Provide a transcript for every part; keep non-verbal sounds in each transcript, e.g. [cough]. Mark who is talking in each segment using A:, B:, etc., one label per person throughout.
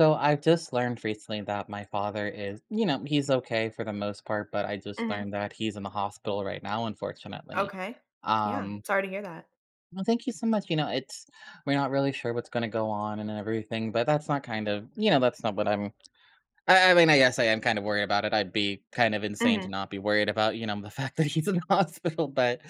A: So I've just learned recently that my father is, you know, he's okay for the most part, but I just
B: Mhm.
A: learned that he's in the hospital right now, unfortunately.
B: Okay. Yeah,
A: Um,
B: I'm sorry to hear that.
A: well, thank you so much. You know, it's we're not really sure what's going to go on and everything, but that's not kind of, you know, that's not what I mean, I guess I am kind of worried about it. I'd be kind of insane to
B: Mhm.
A: not be worried about, you know, the [laughs] fact that he's in the hospital. But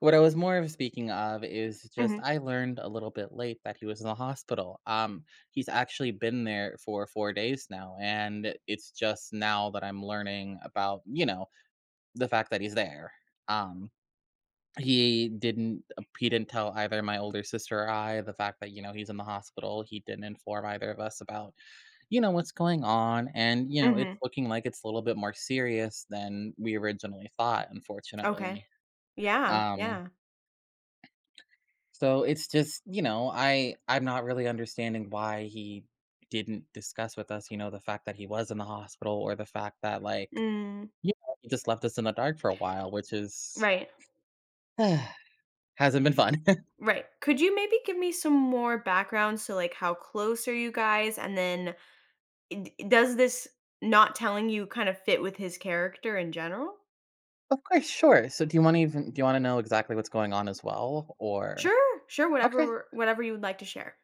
A: what I was more of speaking of is just
B: Mhm.
A: I learned a little bit late that he was in the hospital. He's actually been there for 4 days now, and it's just now that I'm learning about, you know, the fact that he's there. Um, he didn't he didn't tell either my older sister or I the fact that, you know, he's in the hospital. He didn't inform either of us about, you know, what's going on. And, you know, it's
B: Mhm.
A: looking like it's a little bit more serious than we originally thought,
B: Okay.
A: unfortunately.
B: Yeah,
A: Um,
B: yeah.
A: so it's just, you know, I'm not really understanding why he didn't discuss with us, you know, the fact that he was in the hospital or the fact that like,
B: Mm,
A: you know, he just left us in the dark for a while, which is
B: right.
A: [sighs] hasn't been fun.
B: Right. Could you maybe give me some more background, so, like, how close are you guys? And then d does this not telling you kind of fit with his character in general?
A: Of course, sure. So do you want to know exactly what's going on as well or
B: Sure, sure,
A: Okay.
B: whatever you would like to share.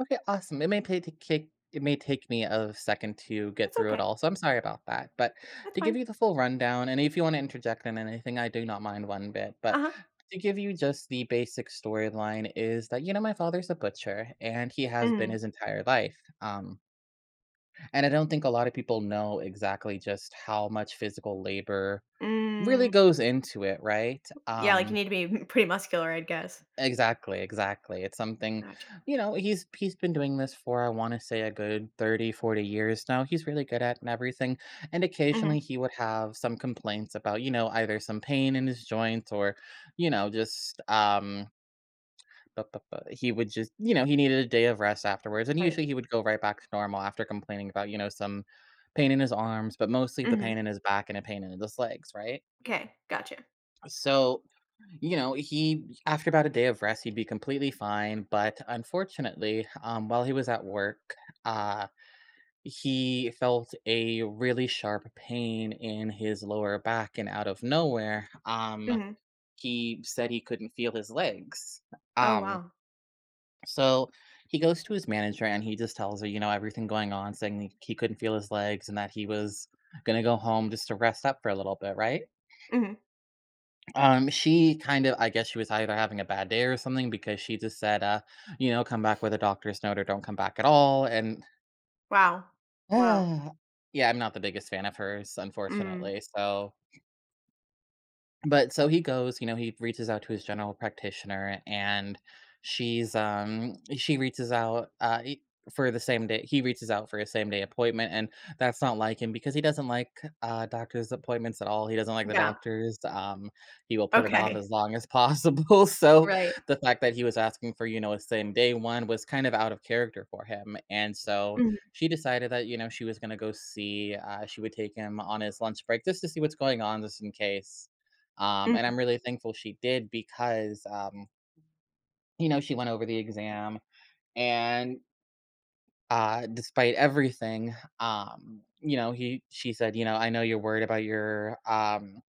A: Okay, awesome. It may take me a second to
B: That's
A: get through it
B: okay.
A: all, so I'm sorry about that. But
B: That's
A: to give
B: fine.
A: you the full rundown, and if you want to interject in anything, I do not mind one bit. But
B: Uh-huh.
A: to give you just the basic storyline is that, you know, my father's a butcher and he has been
B: Mhm.
A: his entire life. And I don't think a lot of people know exactly just how much physical labor really
B: Mm. Mm.
A: goes into it, right?
B: Yeah, like, you need to be [laughs] pretty muscular, I guess.
A: Exactly, exactly. It's something
B: Gotcha.
A: you know, he's been doing this for I want to say a good 30, 40 years now. He's really good at and everything. And occasionally
B: Mhm.
A: he would have some complaints about, you know, either some pain in his joints or, you know, just bu- bu- bu- he would just, you know, he needed a day of rest afterwards. And
B: Right.
A: usually he would go right back to normal after complaining about, you know, some pain in his arms, but mostly the pain
B: Mhm.
A: in his back and a pain in his legs, right?
B: Okay, gotcha.
A: So, you know, he after about a day of rest, he'd be completely fine. But unfortunately, while he was at work, uh, he felt a really sharp pain in his lower back, and out of nowhere,
B: Mhm.
A: he said he couldn't feel his legs.
B: Oh,
A: Um,
B: wow.
A: so he goes to his manager and he just tells her, you know, everything going on, saying he couldn't feel his legs and that he was gonna go home just to rest up for a little bit, right?
B: Mhm.
A: She kind of I guess she was either having a bad day or something because she just said, you know, "Come back with a doctor's note or don't come back at all," and
B: Wow. Wow.
A: [sighs] yeah, I'm not the biggest fan of hers,
B: Mm.
A: unfortunately, so but so he goes, you know, he reaches out to his general practitioner and she's she reaches out e- for the same day he reaches out for a same day appointment, and that's not like him because he doesn't like doctors appointments at all. He doesn't like the
B: Yeah.
A: doctors. He will put it off
B: Okay.
A: as long as possible. [laughs] So
B: Right.
A: the fact that he was asking for, you know, a same day one was kind of out of character for him. And so
B: Mhm,
A: she decided that, you know, she was going to go see she would take him on his lunch break just to see what's going on just in case. And
B: mhm,
A: I'm really thankful she did because, you know, she went over the exam and despite everything, you know, he she said, you know, I know you're worried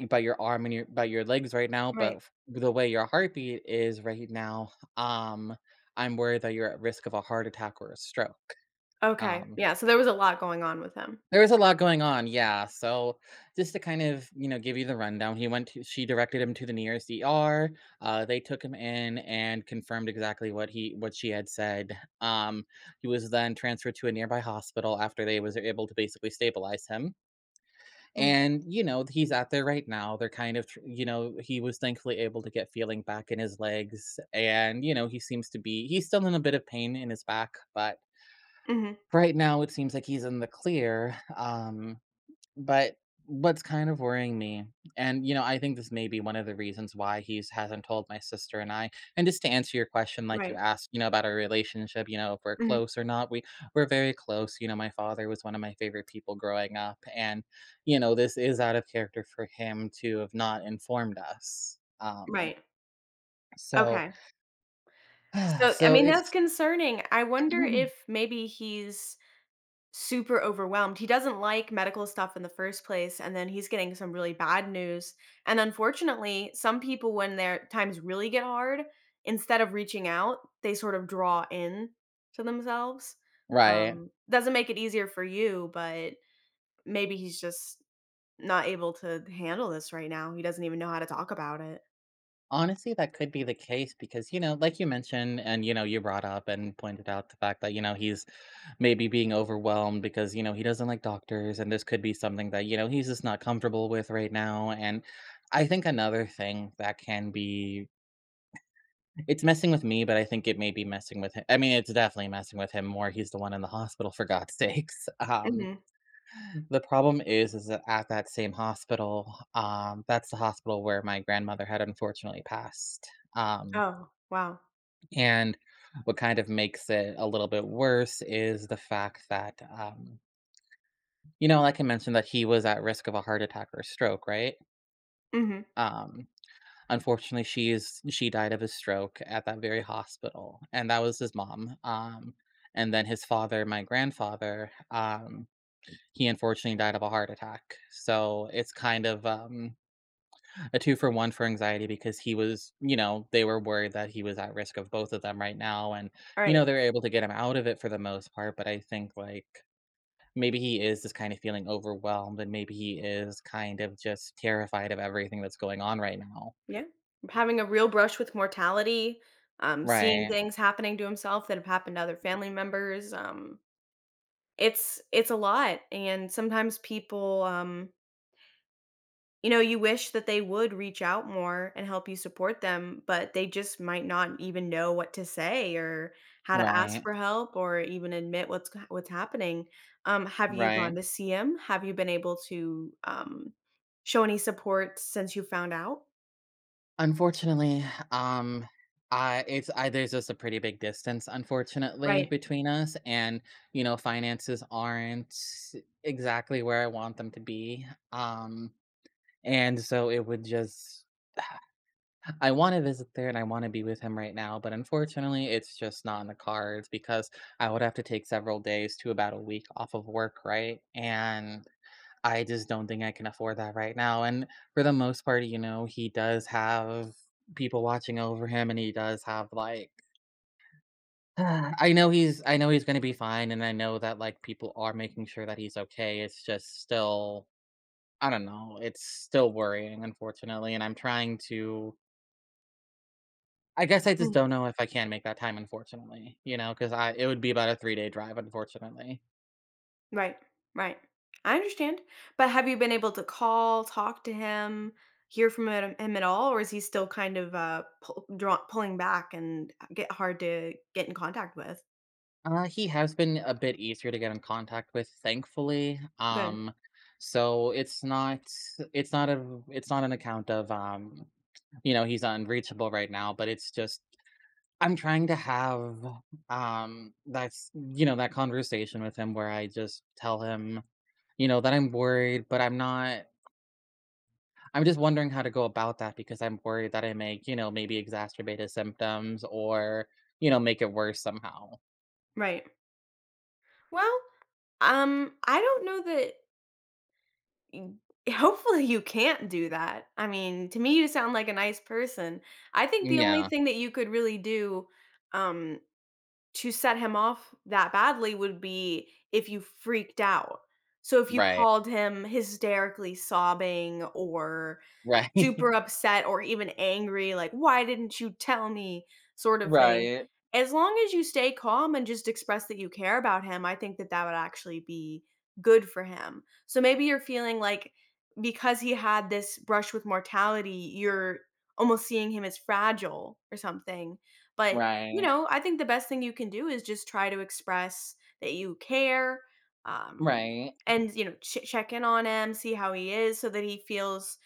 A: about your arm and your about your legs right now, but
B: right.
A: the way your heartbeat is right now, I'm worried that you're at risk of a heart attack or a stroke.
B: Okay.
A: Um,
B: Yeah, so there was a lot going on with him.
A: There was a lot going on, yeah, so just to kind of, you know, give you the rundown, he went to she directed him to the nearest ER, they took him in and confirmed exactly what he what she had said, um, he was then transferred to a nearby hospital after they was able to basically stabilize him,
B: Mm.
A: and, you know, he's out there right now, they're kind of tr you know, he was thankfully able to get feeling back in his legs, and, you know, he seems to be he's still in a bit of pain in his back, but
B: Mhm.
A: right now it seems like he's in the clear, but what's kind of worrying me and, you know, I think this may be one of the reasons why he's hasn't told my sister and I. And just to answer your question, like you
B: Right.
A: asked, you know, about our relationship, you know, if we're
B: Mhm.
A: close or not, we're very close. You know, my father was one of my favorite people growing up and, you know, this is out of character for him to have not informed us.
B: Right.
A: So
B: Okay.
A: [sighs]
B: So, I
A: so
B: mean, that's
A: it's
B: concerning. I wonder
A: [clears throat]
B: if maybe he's super overwhelmed. He doesn't like medical stuff in the first place, and then he's getting some really bad news. And unfortunately, some people, when their times really get hard, instead of reaching out, they sort of draw in to themselves.
A: Right.
B: Doesn't make it easier for you, but maybe he's just not able to handle this right now. He doesn't even know how to talk about it.
A: Honestly, that could be the case because, you know, like you mentioned, and, you know, you brought up and pointed out the fact that, you know, he's maybe being overwhelmed because, you know, he doesn't like doctors. And this could be something that, you know, he's just not comfortable with right now. And I think another thing that can be, it's messing with me, but I think it may be messing with him. I mean, it's definitely messing with him more. He's the one in the hospital, for God's [laughs] sakes.
B: Mhm.
A: The problem is that at that same hospital, that's the hospital where my grandmother had unfortunately passed. Um,
B: Oh, wow.
A: And what kind of makes it a little bit worse is the fact that, you know, like I mentioned, that he was at risk of a heart attack or stroke, right?
B: Mhm.
A: Um, Unfortunately, she died of a stroke at that very hospital, and that was his mom. And then his father, my grandfather, he unfortunately died of a heart attack. So it's kind of a two for one for anxiety because he was, you know, they were worried that he was at risk of both of them right now. And, you
B: Alright.
A: know, they're able to get him out of it for the most part. But I think like maybe he is just kind of feeling overwhelmed and maybe he is kind of just terrified of everything that's going on right now.
B: Yeah. Having a real brush with mortality, seeing
A: Right.
B: things happening to himself that have happened to other family members, it's a lot, and sometimes people, you know, you wish that they would reach out more and help you support them, but they just might not even know what to say or how to ask
A: Right.
B: for help or even admit what's happening. Have you gone
A: Right.
B: to see him? Have you been able to show any support since you found out?
A: Unfortunately, um, I there's just a pretty big distance, unfortunately,
B: Right,
A: between us. And, you know, finances aren't exactly where I want them to be. Um, And so it would just I wanna visit there and I wanna be with him right now, but unfortunately, it's just not in the cards because I would have to take several days to about a week off of work, right? And I just don't think I can afford that right now, and for the most part, you know, he does have people watching over him, and he does have, like [sighs] I know he's gonna be fine, and I know that, like, people are making sure that he's okay, it's just still I don't know, it's still worrying, unfortunately, and I'm trying to I guess I just
B: mm,
A: don't know if I can make that time, unfortunately, you know, because I it would be about a three-day drive, unfortunately.
B: right, right. I understand, but have you been able to call, talk to him, hear from him at all, or is he still kind of pull, draw, pulling back and get hard to get in contact with?
A: He has been a bit easier to get in contact with, thankfully,
B: Good,
A: so it's not an account of, you know, he's unreachable right now, but it's just I'm trying to have, that's you know, that conversation with him where I just tell him, you know, that I'm worried, but I'm not I'm just wondering how to go about that because I'm worried that I may, you know, maybe exacerbate his symptoms or, you know, make it worse somehow.
B: right. Well, I don't know that y [laughs] hopefully you can't do that. I mean, to me, you sound like a nice person. I think the only
A: Yeah,
B: thing that you could really do, um, to set him off that badly would be if you freaked out. So if you
A: right,
B: called him hysterically sobbing or
A: right,
B: super
A: [laughs]
B: upset or even angry, like, "Why didn't you tell me?" sort of thing.
A: right,
B: As long as you stay calm and just express that you care about him, I think that that would actually be good for him. So maybe you're feeling like because he had this brush with mortality, you're almost seeing him as fragile or something. But, you
A: right,
B: know, I think the best thing you can do is just try to express that you care, um,
A: right.
B: and, you know, ch check in on him, see how he is so that he feels,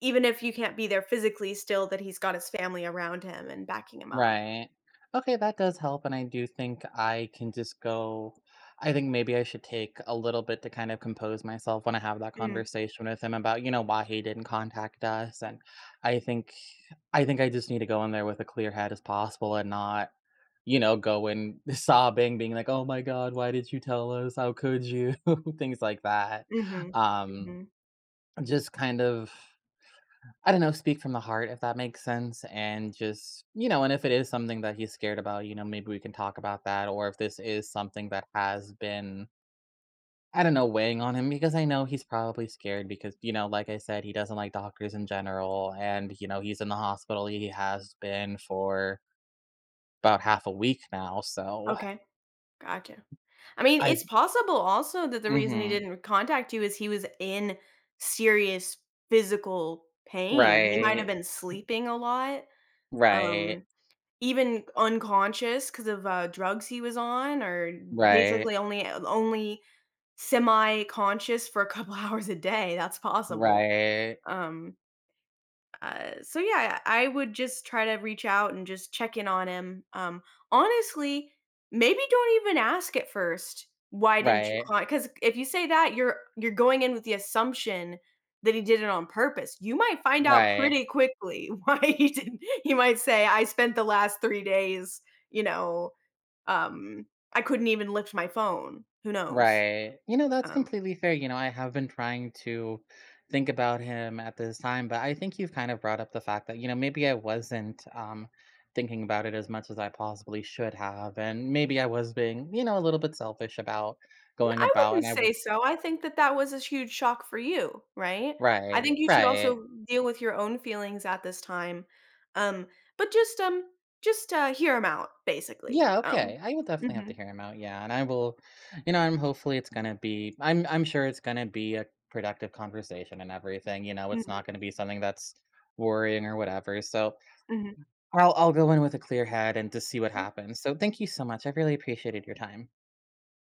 B: even if you can't be there physically, still that he's got his family around him and backing him up.
A: Right. Okay, that does help. And I do think I can just go. I think maybe I should take a little bit to kind of compose myself when I have that
B: Mm,
A: conversation with him about, you know, why he didn't contact us. And I think I think I just need to go in there with a clear head as possible and not, you know, go in [laughs] sobbing, being like, Oh my God, why did you tell us? How could you? [laughs] Things like that.
B: mhm,
A: Um,
B: mhm.
A: just kind of I don't know, speak from the heart if that makes sense. And just, you know, and if it is something that he's scared about, you know, maybe we can talk about that. Or if this is something that has been, I don't know, weighing on him because I know he's probably scared because, you know, like I said, he doesn't like doctors in general. And, you know, he's in the hospital. He has been for about half a week now. So
B: Okay, gotcha. I mean,
A: I,
B: it's possible also that the reason he
A: mm-hmm,
B: didn't contact you is he was in serious physical pain. He might have
A: right,
B: been sleeping a lot,
A: right,
B: um, even unconscious because of, drugs he was on or
A: right,
B: basically only only semi-conscious for a couple [laughs] hours a day, that's possible.
A: right,
B: Um so yeah, I would just try to reach out and just check in on him. Honestly, maybe don't even ask at first. Why didn't you
A: right,
B: call? Because if you say that, you're going in with the assumption that he did it on purpose. You might find out
A: right,
B: pretty quickly [laughs] why he didn't. He might say, "I spent the last 3 days, you know, um, I couldn't even lift my phone." Who knows?
A: Right. You know, that's
B: Um,
A: completely fair. You know, I have been trying to think about him at this time, but I think you've kind of brought up the fact that, you know, maybe I wasn't thinking about it as much as I possibly should have. And maybe I was being, you know, a little bit selfish about
B: N
A: going
B: I
A: about
B: wouldn't
A: and I w-
B: say so, I think that that was a huge shock for you, right? I
A: right,
B: think you should
A: right.
B: also deal with your own feelings at this time, um, but just, hear them out, basically,
A: Yeah, okay.
B: um.
A: I will definitely have to
B: Mhm,
A: hear him out. Yeah. And I will, you know, I'm hopefully it's gonna be I'm sure it's gonna be a productive conversation and everything. You know, it's not
B: mhm,
A: gonna be something that's worrying or whatever. So
B: mhm,
A: I'll go in with a clear head and just see what
B: yeah.
A: happens. So thank you so much. I really appreciated your time.